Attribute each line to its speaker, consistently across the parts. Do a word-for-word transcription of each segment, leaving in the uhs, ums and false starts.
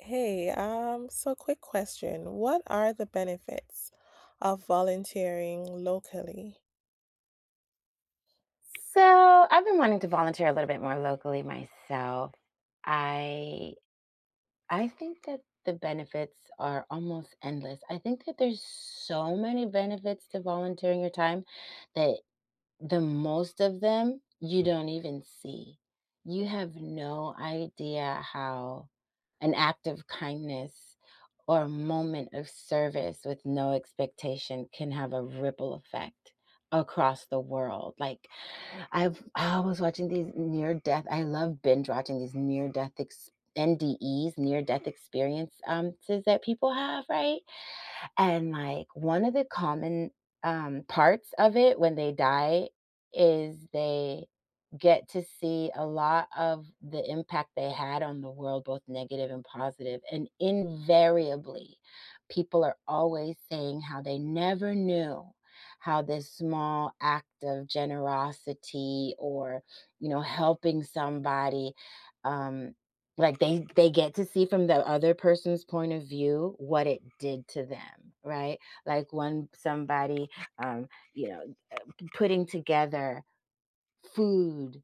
Speaker 1: Hey, um, so quick question. What are the benefits of volunteering locally?
Speaker 2: So I've been wanting to volunteer a little bit more locally myself. I I think that the benefits are almost endless. I think that there's so many benefits to volunteering your time that the most of them you don't even see. You have no idea how an act of kindness or a moment of service with no expectation can have a ripple effect across the world. Like I've I was watching these near death. I love binge watching these near death ex- N D Es, near death experiences that people have, right? And, like, one of the common, um, parts of it when they die is they get to see a lot of the impact they had on the world, both negative and positive, positive. and invariably, people are always saying how they never knew how this small act of generosity or, you know, helping somebody, um like they they get to see from the other person's point of view what it did to them, right? Like when somebody um, you know, uh, putting together food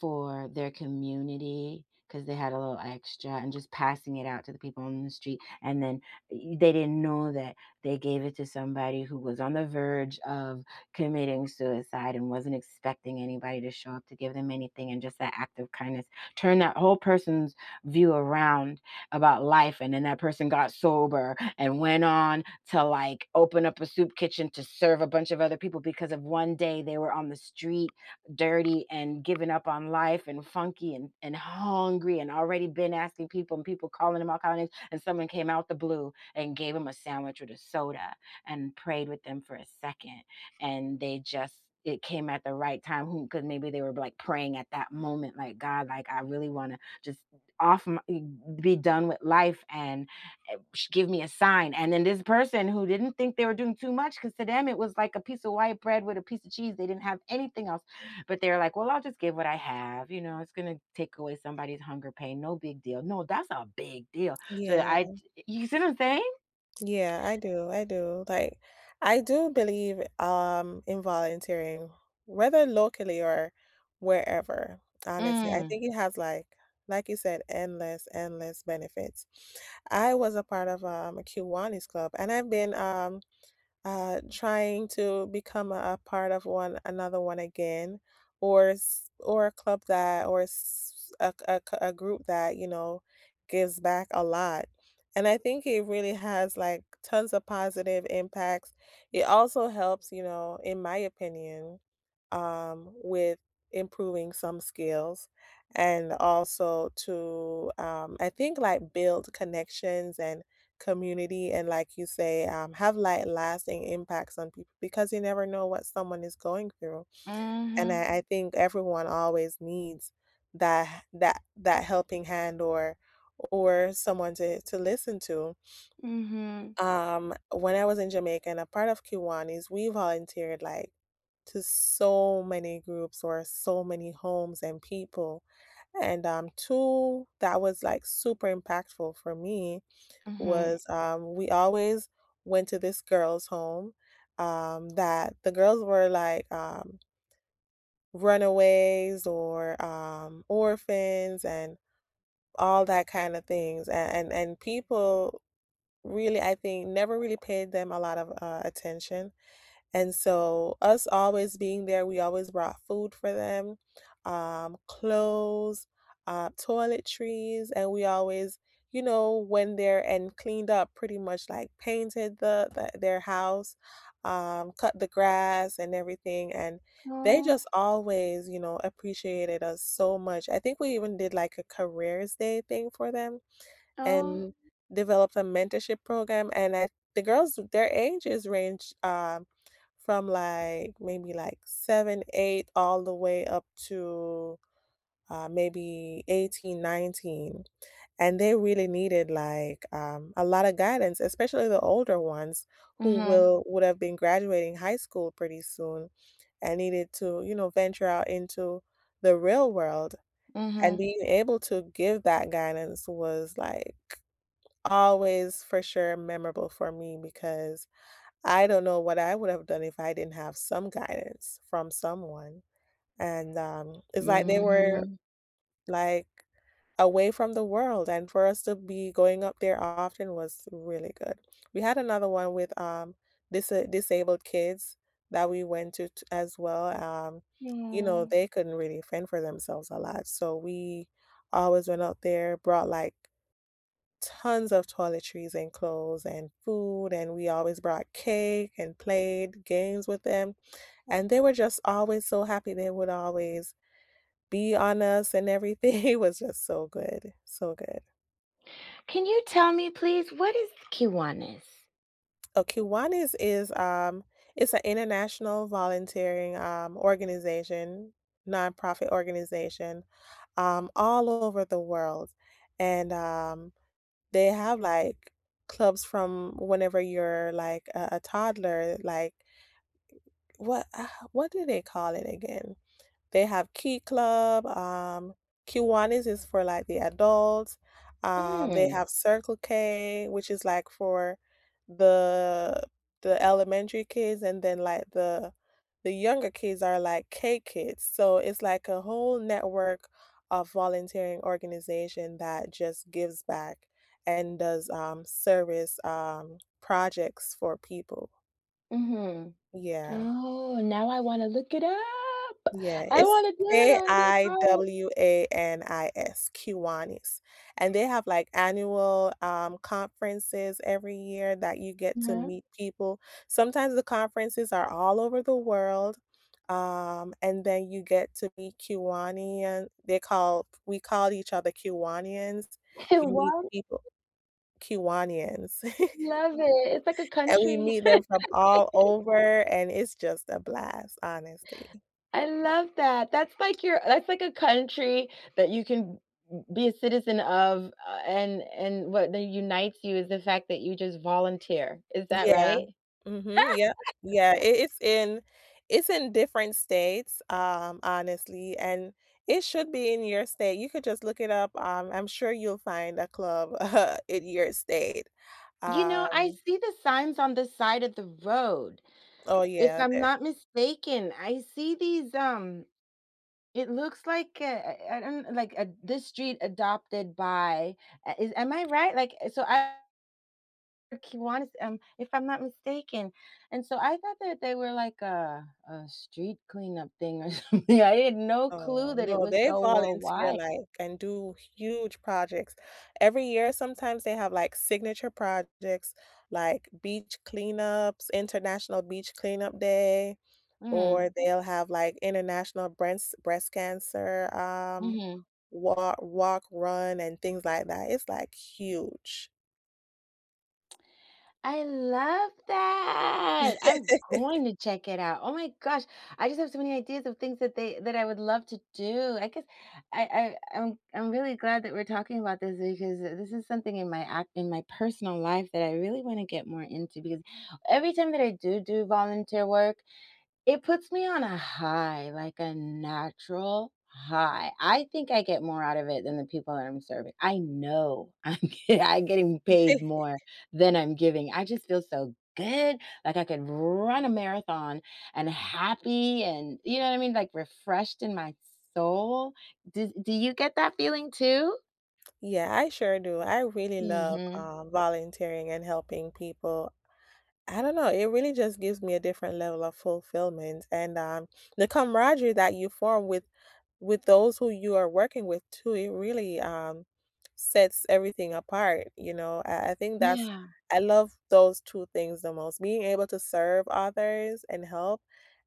Speaker 2: for their community because they had a little extra and just passing it out to the people on the street and then y- they didn't know that they gave it to somebody who was on the verge of committing suicide and wasn't expecting anybody to show up to give them anything, and just that act of kindness turned that whole person's view around about life. And then that person got sober and went on to, like, open up a soup kitchen to serve a bunch of other people because of one day they were on the street dirty and giving up on life and funky and, and hungry, and already been asking people and people calling him all kinds of names. And someone came out the blue and gave him a sandwich with a soda and prayed with them for a second. And they just, it came at the right time because maybe they were like praying at that moment, like, God, like, I really want to just off, my, be done with life and give me a sign. And then this person, who didn't think they were doing too much, because to them it was like a piece of white bread with a piece of cheese, they didn't have anything else. But they're like, well, I'll just give what I have. You know, it's going to take away somebody's hunger pain. No big deal. No, that's a big deal. So
Speaker 1: Yeah,
Speaker 2: I, you see what I'm saying?
Speaker 1: yeah, I do. I do. Like, I do believe um in volunteering, whether locally or wherever. Honestly, I
Speaker 2: Mm,
Speaker 1: think it has like like you said, endless, endless benefits. I was a part of um, a Kiwanis club, and I've been um uh, trying to become a, a part of one another one again, or s- or a club that or s- a, a c- a group that you know gives back a lot. And I think it really has like tons of positive impacts. It also helps, you know, in my opinion, um, with improving some skills, and also to, um, I think, like, build connections and community, and like you say, um, have like lasting impacts on people, because you never know what someone is going through. And
Speaker 2: mm-hmm,
Speaker 1: I, I think everyone always needs that that that helping hand, or or someone to, to listen to.
Speaker 2: mm-hmm,
Speaker 1: Um when I was in Jamaica and a part of Kiwanis, we volunteered like to so many groups or so many homes and people. And um two that was like super impactful for me
Speaker 2: mm-hmm.
Speaker 1: was, um, we always went to this girl's home, um, that the girls were like, um, runaways, or um, orphans, and all that kind of things. And, and, and people really, I think, never really paid them a lot of uh, attention, and so, us always being there, we always brought food for them, um, clothes, uh, toiletries, and we always, you know, went there and cleaned up, pretty much like painted the, the their house, um, cut the grass and everything, and they
Speaker 2: Oh,
Speaker 1: just always, you know, appreciated us so much. I think we even did like a careers day thing for them,
Speaker 2: oh,
Speaker 1: and developed a mentorship program, and I the girls, their ages range um from like maybe like seven eight all the way up to, uh, maybe eighteen, nineteen, and they really needed like um, a lot of guidance, especially the older ones, who
Speaker 2: mm-hmm,
Speaker 1: will would have been graduating high school pretty soon, and needed to you know venture out into the real world. And
Speaker 2: mm-hmm,
Speaker 1: being able to give that guidance was like always for sure memorable for me, because I don't know what I would have done if I didn't have some guidance from someone. And um, it's like they were
Speaker 2: mm-hmm.
Speaker 1: like away from the world, and for us to be going up there often was really good. We had another one with um, dis- disabled kids that we went to t- as well. Um, you know,
Speaker 2: No.
Speaker 1: they couldn't really fend for themselves a lot, so we always went out there, brought like tons of toiletries and clothes and food, and we always brought cake and played games with them, and they were just always so happy. They would always be on us and everything. It was just so good, so good.
Speaker 2: Can you tell me, please, what is Kiwanis?
Speaker 1: Oh, Kiwanis is um it's an international volunteering um organization, nonprofit organization, um all over the world. And um they have like clubs from whenever you're like a, a toddler. Like, what ah, what do they call it again? They have Key Club. Um, Kiwanis is for like the adults. Um, they
Speaker 2: Mm,
Speaker 1: have Circle K, which is like for the the elementary kids, and then like the the younger kids are like K Kids. So it's like a whole network of volunteering organization that just gives back and does, um, service, um, projects for people.
Speaker 2: mm-hmm.
Speaker 1: Yeah.
Speaker 2: Oh, now I wanna look it up.
Speaker 1: Yeah,
Speaker 2: I
Speaker 1: it's
Speaker 2: wanna do it, I wanna be a part.
Speaker 1: K I W A N I S, Kiwanis. And they have like annual, um, conferences every year that you get to
Speaker 2: Uh-huh.
Speaker 1: meet people. Sometimes the conferences are all over the world. Um, and then you get to meet Kiwanian. They call We call each other Kiwanians. You meet
Speaker 2: Wow,
Speaker 1: people. Kiwanians.
Speaker 2: love it. It's like a
Speaker 1: And we
Speaker 2: country.
Speaker 1: meet them from all over, and it's just a blast, honestly.
Speaker 2: I love that. That's like your that's like a country that you can be a citizen of, uh, and and what that unites you is the fact that you just volunteer. Is that
Speaker 1: Yeah.
Speaker 2: right?
Speaker 1: Mhm, yep. Yeah, it it's in it's in different states, um, honestly, and it should be in your state. You could just look it up, um, I'm sure you'll find a club uh, in your state.
Speaker 2: You know, I
Speaker 1: Um
Speaker 2: see the signs on the side of the road.
Speaker 1: oh,
Speaker 2: If
Speaker 1: yeah,
Speaker 2: I'm
Speaker 1: they
Speaker 2: not mistaken, I see these, um it looks like I I I don't like a— this street adopted by uh, is am I right? Like, uh, so I Kiwanis, um, if I'm not mistaken, and so I thought that they were like a a street cleanup thing or something. I had no clue
Speaker 1: oh,
Speaker 2: that it
Speaker 1: no,
Speaker 2: was
Speaker 1: they
Speaker 2: so
Speaker 1: volunteer,
Speaker 2: worldwide.
Speaker 1: like, and do huge projects. Every year, sometimes they have, like, signature projects, like beach cleanups, International Beach Cleanup Day.
Speaker 2: Mm,
Speaker 1: Or they'll have, like, international breast breast cancer, um,
Speaker 2: mhm.
Speaker 1: walk walk, run, and things like that. It's, like, huge.
Speaker 2: I love that. I'm going to check it out. Oh my gosh. I just have so many ideas of things that they that I would love to do. I guess I, I I'm I'm really glad that we're talking about this, because this is something in my act in my personal life that I really want to get more into, because every time that I do do volunteer work, it puts me on a high, like a natural high. I think I get more out of it than the people that I'm serving. I know I'm get I'm getting paid more than I'm giving. I just feel so good, like I could run a marathon and happy and, you know what I mean, like refreshed in my soul. Do do you get that feeling too?
Speaker 1: Yeah, I sure do. I really love,
Speaker 2: Mhm.
Speaker 1: um, volunteering and helping people. I don't know, it really just gives me a different level of fulfillment, and, um, the camaraderie that you form with with those who you are working with too, it really, um, sets everything apart. You know, I, I think that's,
Speaker 2: Yeah.
Speaker 1: I love those two things the most, being able to serve others and help.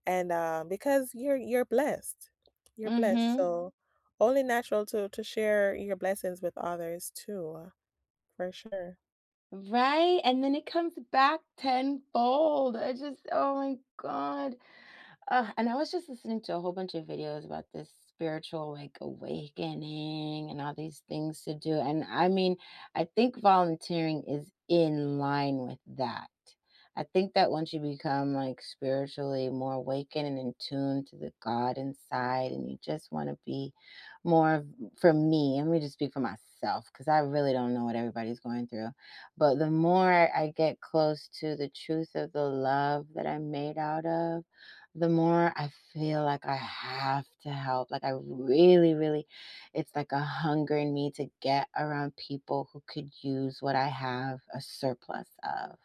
Speaker 1: And, uh, because you're, you're blessed, you're blessed. Mhm.
Speaker 2: Mhm.
Speaker 1: So only natural to, to share your blessings with others too, uh, for sure.
Speaker 2: Right? And then it comes back tenfold. I just, oh my God. Uh, and I was just listening to a whole bunch of videos about this spiritual, like, awakening and all these things to do. And I mean, I think volunteering is in line with that. I think that once you become like spiritually more awakened and in tune to the God inside, and you just want to be more of- for me, let me just speak for myself, because I really don't know what everybody's going through. But the more I get close to the truth of the love that I'm made out of, the more I feel like I have to help. Like, I really, really, it's like a hunger in me to get around people who could use what I have a surplus of.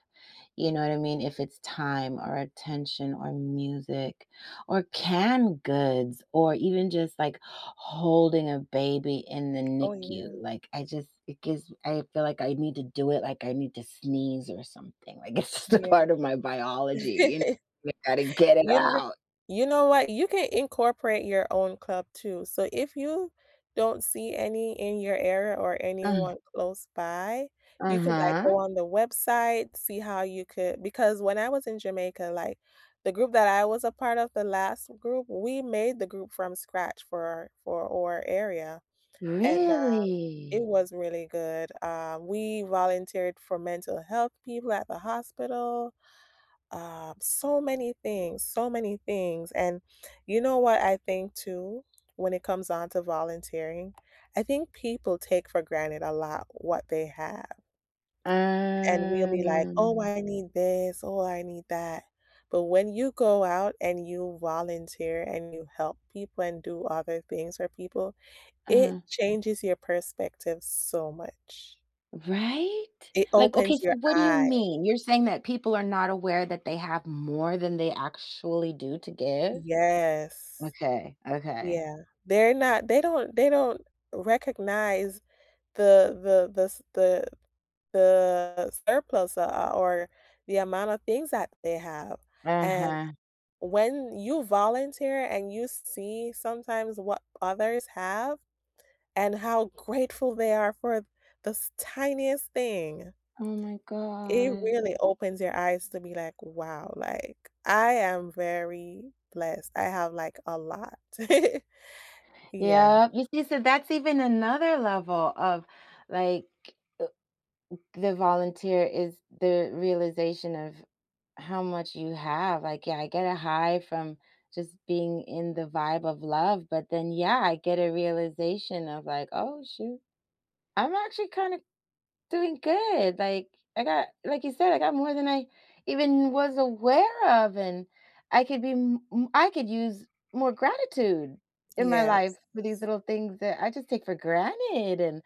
Speaker 2: You know what I mean? If it's time or attention or music or canned goods or even just like holding a baby in the
Speaker 1: Oh
Speaker 2: NICU.
Speaker 1: yeah.
Speaker 2: Like, I just, it gives, I feel like I need to do it. Like, I need to sneeze or something. Like, it's just a part of my biology,
Speaker 1: Yeah.
Speaker 2: you know? I gotta get it
Speaker 1: You kn
Speaker 2: out.
Speaker 1: you know what? You can incorporate your own club too. So if you don't see any in your area or
Speaker 2: Uh,
Speaker 1: anyone close by, you could, like,
Speaker 2: uh-huh.
Speaker 1: go on the website, see how you could, because when I was in Jamaica, like, the group that I was a part of, the last group, we made the group from scratch for for our area, and, um, it
Speaker 2: Really?
Speaker 1: was really good. Um, we volunteered for mental health people at the hospital, um, so many things, so many things. And you know what, I think too, when it comes on to volunteering, I think people take for granted a lot what they have. And we'll be like, oh,
Speaker 2: Um,
Speaker 1: I need this, oh, I need that. But when you go out and you volunteer and you help people and do other things for people, it
Speaker 2: uh-huh.
Speaker 1: changes your perspective so much.
Speaker 2: Right?
Speaker 1: It
Speaker 2: Like, okay,
Speaker 1: opens your
Speaker 2: so what do you
Speaker 1: eye.
Speaker 2: mean? You're saying that people are not aware that they have more than they actually do to give?
Speaker 1: Yes.
Speaker 2: Okay, okay.
Speaker 1: Yeah, they're not they don't they don't recognize the the the s the the surplus, uh, or the amount of things that they have, and
Speaker 2: Uh-huh.
Speaker 1: when you volunteer and you see sometimes what others have and how grateful they are for the s tiniest thing,
Speaker 2: Oh my
Speaker 1: it
Speaker 2: God.
Speaker 1: really opens your eyes to be like, "Wow," like, "I am very blessed. I have, like, a lot." Yeah,
Speaker 2: Yeah. You see, so that's even another level of, like, the volunteer is the realization of how much you have. Like, yeah, I get a high from just being in the vibe of love, but then, yeah, I get a realization of, like, oh shoot, I'm actually kind of doing good. Like, I got, like you said, I got more than I even was aware of, and I could be, m- m- I could use more gratitude in my
Speaker 1: yeah.
Speaker 2: life for these little things that I just take for granted, and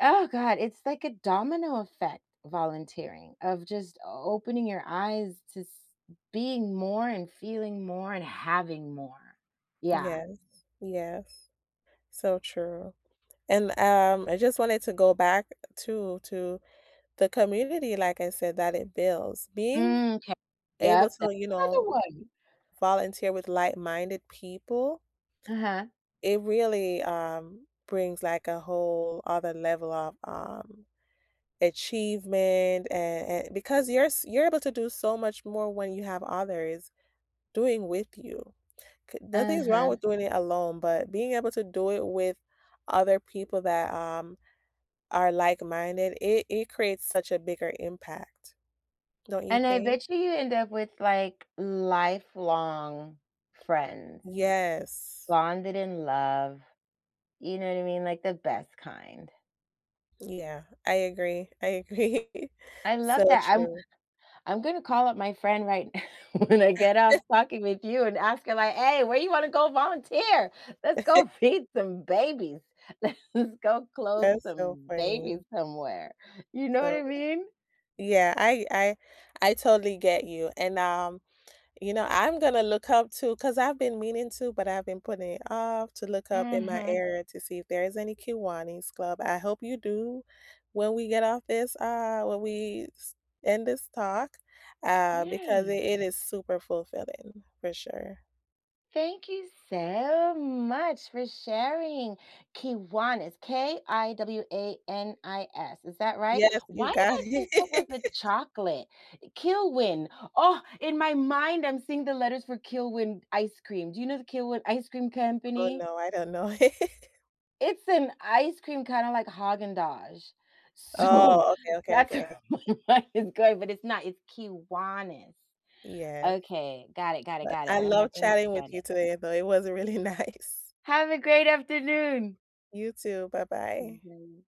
Speaker 2: oh god, it's like a domino effect, volunteering, of just opening your eyes to s- being more and feeling more and having more. Yeah.
Speaker 1: Yes, yes, so true, and, um, I just wanted to go back to to the community, like I said, that it builds. Being
Speaker 2: Mm, okay.
Speaker 1: able
Speaker 2: Yep.
Speaker 1: to,
Speaker 2: That's
Speaker 1: you know,
Speaker 2: another one.
Speaker 1: volunteer with like-minded people,
Speaker 2: Uh-huh.
Speaker 1: it really, um, brings, like, a whole other level of, um, achievement. And and because you're s you're able to do so much more when you have others doing with you. C- nothing's wrong
Speaker 2: Uh-huh.
Speaker 1: with doing it alone, but being able to do it with other people that um are like-minded, it it creates such a bigger impact, don't you
Speaker 2: And I
Speaker 1: think?
Speaker 2: bet you you end up with like lifelong friends,
Speaker 1: Yes.
Speaker 2: bonded in love. You know what I mean? Like the best kind.
Speaker 1: Yeah, I agree. I agree.
Speaker 2: I love
Speaker 1: So
Speaker 2: that. I'm
Speaker 1: true.
Speaker 2: I'm gonna call up my friend right when I get off talking with you and ask her like, "Hey, where you wanna go volunteer? Let's go feed some babies. Let's go clothe
Speaker 1: That's so
Speaker 2: some
Speaker 1: funny.
Speaker 2: babies somewhere." You know what
Speaker 1: So
Speaker 2: I mean?
Speaker 1: yeah, I I I totally get you. And um you know, I'm gonna look up to, because 'cause I've been meaning to, but I've been putting it off to look up in my
Speaker 2: Mhm.
Speaker 1: area to see if there is any Kiwanis club. I hope you do when we get off this, uh, when we s- end this talk, uh, because it,
Speaker 2: Yeah.
Speaker 1: it is super fulfilling for sure.
Speaker 2: Thank you so much for sharing Kiwanis, K I W A N I S. Is that right?
Speaker 1: Yes, you
Speaker 2: Why did
Speaker 1: got
Speaker 2: I think that was
Speaker 1: it.
Speaker 2: a chocolate? Kilwin. Oh, in my mind, I'm seeing the letters for Kilwin ice cream. Do you know the Kilwin ice cream
Speaker 1: Oh
Speaker 2: company?
Speaker 1: no, I don't know.
Speaker 2: It's an ice cream kind of like Haagen Dazs. So
Speaker 1: Oh, okay, okay,
Speaker 2: that's
Speaker 1: okay.
Speaker 2: where my mind is going, but it's not. It's Kiwanis.
Speaker 1: Yes.
Speaker 2: Okay, got it, got it,
Speaker 1: But
Speaker 2: got it.
Speaker 1: I
Speaker 2: I'm not
Speaker 1: love
Speaker 2: gonna
Speaker 1: chatting
Speaker 2: forget
Speaker 1: with you
Speaker 2: it.
Speaker 1: today, though. It was really nice.
Speaker 2: Have a great afternoon.
Speaker 1: You too. Bye bye.
Speaker 2: Right.